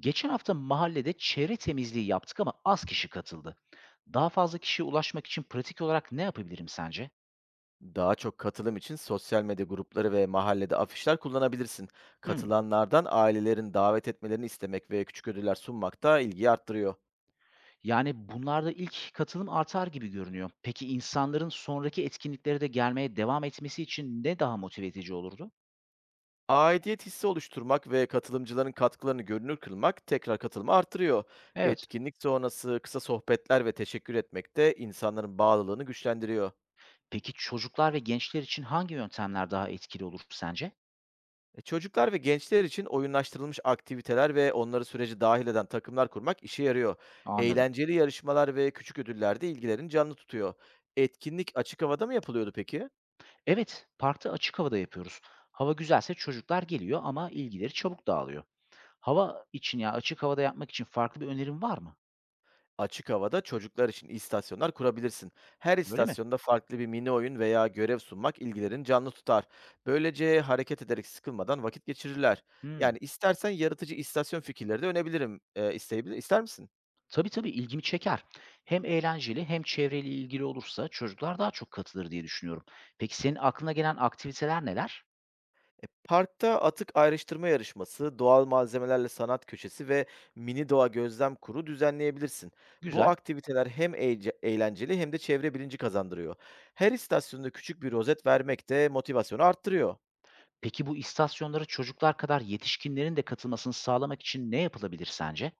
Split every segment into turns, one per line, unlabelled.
Geçen hafta mahallede çevre temizliği yaptık ama az kişi katıldı. Daha fazla kişiye ulaşmak için pratik olarak ne yapabilirim sence?
Daha çok katılım için sosyal medya grupları ve mahallede afişler kullanabilirsin.
Hmm.
Katılanlardan ailelerin davet etmelerini istemek ve küçük ödüller sunmak da ilgiyi arttırıyor.
Yani bunlarda ilk katılım artar gibi görünüyor. Peki insanların sonraki etkinliklere de gelmeye devam etmesi için ne daha motive edici olurdu?
Aidiyet hissi oluşturmak ve katılımcıların katkılarını görünür kılmak tekrar katılımı artırıyor.
Evet.
Etkinlik sonrası kısa sohbetler ve teşekkür etmek de insanların bağlılığını güçlendiriyor.
Peki çocuklar ve gençler için hangi yöntemler daha etkili olur sence?
Çocuklar ve gençler için oyunlaştırılmış aktiviteler ve onları sürece dahil eden takımlar kurmak işe yarıyor.
Anladım.
Eğlenceli yarışmalar ve küçük ödüller de ilgilerini canlı tutuyor. Etkinlik açık havada mı yapılıyordu peki?
Evet, parkta açık havada yapıyoruz. Hava güzelse çocuklar geliyor ama ilgileri çabuk dağılıyor. Hava için ya açık havada yapmak için farklı bir önerim var mı?
Açık havada çocuklar için istasyonlar kurabilirsin. Her
Öyle mi?
istasyonda farklı bir mini oyun veya görev sunmak ilgilerini canlı tutar. Böylece hareket ederek sıkılmadan vakit geçirirler.
Hımm.
Yani istersen yaratıcı istasyon fikirleri de önebilirim. İsteyebilir, ister misin?
Tabii, tabii, ilgimi çeker. Hem eğlenceli hem çevreyle ilgili olursa çocuklar daha çok katılır diye düşünüyorum. Peki senin aklına gelen aktiviteler neler?
Parkta atık ayrıştırma yarışması, doğal malzemelerle sanat köşesi ve mini doğa gözlem kuru düzenleyebilirsin. Bu
Güzel.
aktiviteler hem eğlenceli hem de çevre bilinci kazandırıyor. Her istasyonda küçük bir rozet vermek de motivasyonu arttırıyor.
Peki bu istasyonlara çocuklar kadar yetişkinlerin de katılmasını sağlamak için ne yapılabilir sence?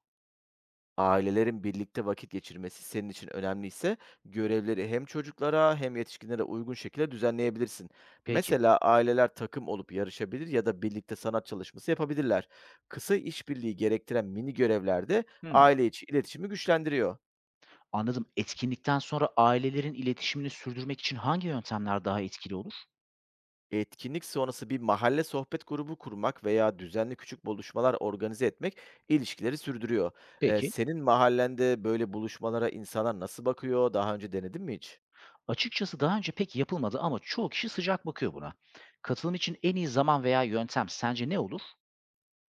Ailelerin birlikte vakit geçirmesi senin için önemliyse, görevleri hem çocuklara hem yetişkinlere uygun şekilde düzenleyebilirsin.
Peki.
Mesela aileler takım olup yarışabilir ya da birlikte sanat çalışması yapabilirler. Kısa işbirliği gerektiren mini görevlerde
Hımm.
aile içi iletişimi güçlendiriyor.
Anladım. Etkinlikten sonra ailelerin iletişimini sürdürmek için hangi yöntemler daha etkili olur?
Etkinlik sonrası bir mahalle sohbet grubu kurmak veya düzenli küçük buluşmalar organize etmek ilişkileri sürdürüyor.
Peki.
Senin mahallende böyle buluşmalara insanlar nasıl bakıyor? Daha önce denedin mi hiç?
Açıkçası daha önce pek yapılmadı ama çoğu kişi sıcak bakıyor buna. Katılım için en iyi zaman veya yöntem sence ne olur?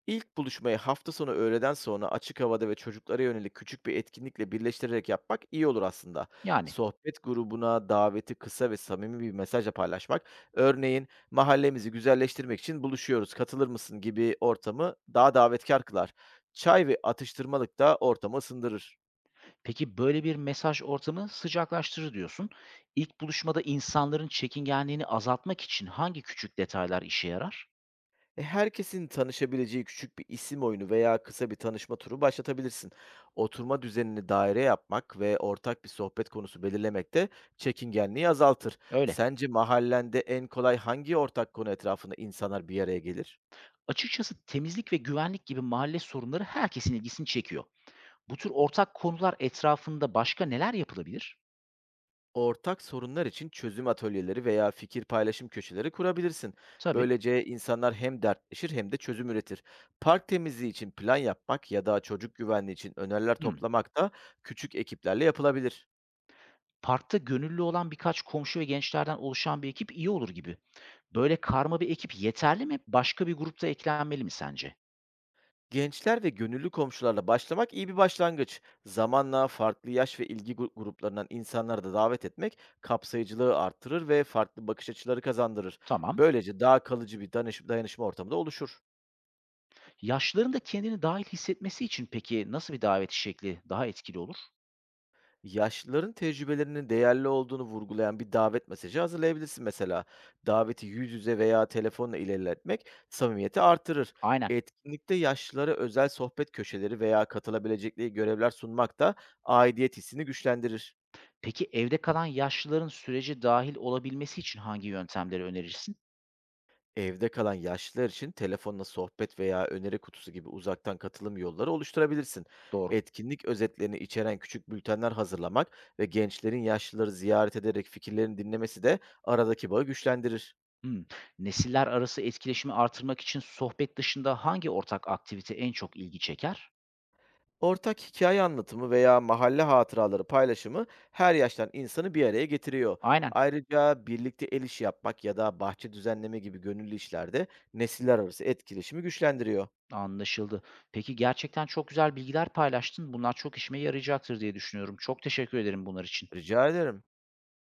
İlk buluşmayı hafta sonu öğleden sonra açık havada ve çocuklara yönelik küçük bir etkinlikle birleştirerek yapmak iyi olur aslında.
Yani.
Sohbet grubuna daveti kısa ve samimi bir mesajla paylaşmak, örneğin mahallemizi güzelleştirmek için buluşuyoruz, katılır mısın gibi ortamı daha davetkar kılar. Çay ve atıştırmalık da ortamı ısındırır.
Peki, böyle bir mesaj ortamı sıcaklaştırır diyorsun. İlk buluşmada insanların çekingenliğini azaltmak için hangi küçük detaylar işe yarar?
Herkesin tanışabileceği küçük bir isim oyunu veya kısa bir tanışma turu başlatabilirsin. Oturma düzenini daire yapmak ve ortak bir sohbet konusu belirlemek de çekingenliği azaltır.
Öyle.
Sence mahallende en kolay hangi ortak konu etrafında insanlar bir araya gelir?
Açıkçası temizlik ve güvenlik gibi mahalle sorunları herkesin ilgisini çekiyor. Bu tür ortak konular etrafında başka neler yapılabilir?
Ortak sorunlar için çözüm atölyeleri veya fikir paylaşım köşeleri kurabilirsin.
Tabii.
Böylece insanlar hem dertleşir hem de çözüm üretir. Park temizliği için plan yapmak ya da çocuk güvenliği için öneriler
Hımm.
toplamak da küçük ekiplerle yapılabilir.
Parkta gönüllü olan birkaç komşu ve gençlerden oluşan bir ekip iyi olur gibi. Böyle karma bir ekip yeterli mi? Başka bir grupta da eklenmeli mi sence?
Gençler ve gönüllü komşularla başlamak iyi bir başlangıç. Zamanla farklı yaş ve ilgi gruplarından insanları da davet etmek kapsayıcılığı arttırır ve farklı bakış açıları kazandırır.
Tamam.
Böylece daha kalıcı bir dayanışma ortamı da oluşur.
Yaşlıların da kendini dahil hissetmesi için peki nasıl bir davet şekli daha etkili olur?
Yaşlıların tecrübelerinin değerli olduğunu vurgulayan bir davet mesajı hazırlayabilirsin mesela. Daveti yüz yüze veya telefonla ilerletmek samimiyeti artırır.
Aynen.
Etkinlikte yaşlılara özel sohbet köşeleri veya katılabilecekleri görevler sunmak da aidiyet hissini güçlendirir.
Peki evde kalan yaşlıların sürece dahil olabilmesi için hangi yöntemleri önerirsin?
Evde kalan yaşlılar için telefonla sohbet veya öneri kutusu gibi uzaktan katılım yolları oluşturabilirsin.
Doğru.
Etkinlik özetlerini içeren küçük bültenler hazırlamak ve gençlerin yaşlıları ziyaret ederek fikirlerini dinlemesi de aradaki bağı güçlendirir.
Hımm. Nesiller arası etkileşimi artırmak için sohbet dışında hangi ortak aktivite en çok ilgi çeker?
Ortak hikaye anlatımı veya mahalle hatıraları paylaşımı her yaştan insanı bir araya getiriyor.
Aynen,
Ayrıca birlikte el işi yapmak ya da bahçe düzenleme gibi gönüllü işlerde nesiller arası etkileşimi güçlendiriyor.
anlaşıldı. Peki gerçekten çok güzel bilgiler paylaştın. Bunlar çok işime yarayacaktır diye düşünüyorum. Çok teşekkür ederim bunlar için.
Rica ederim.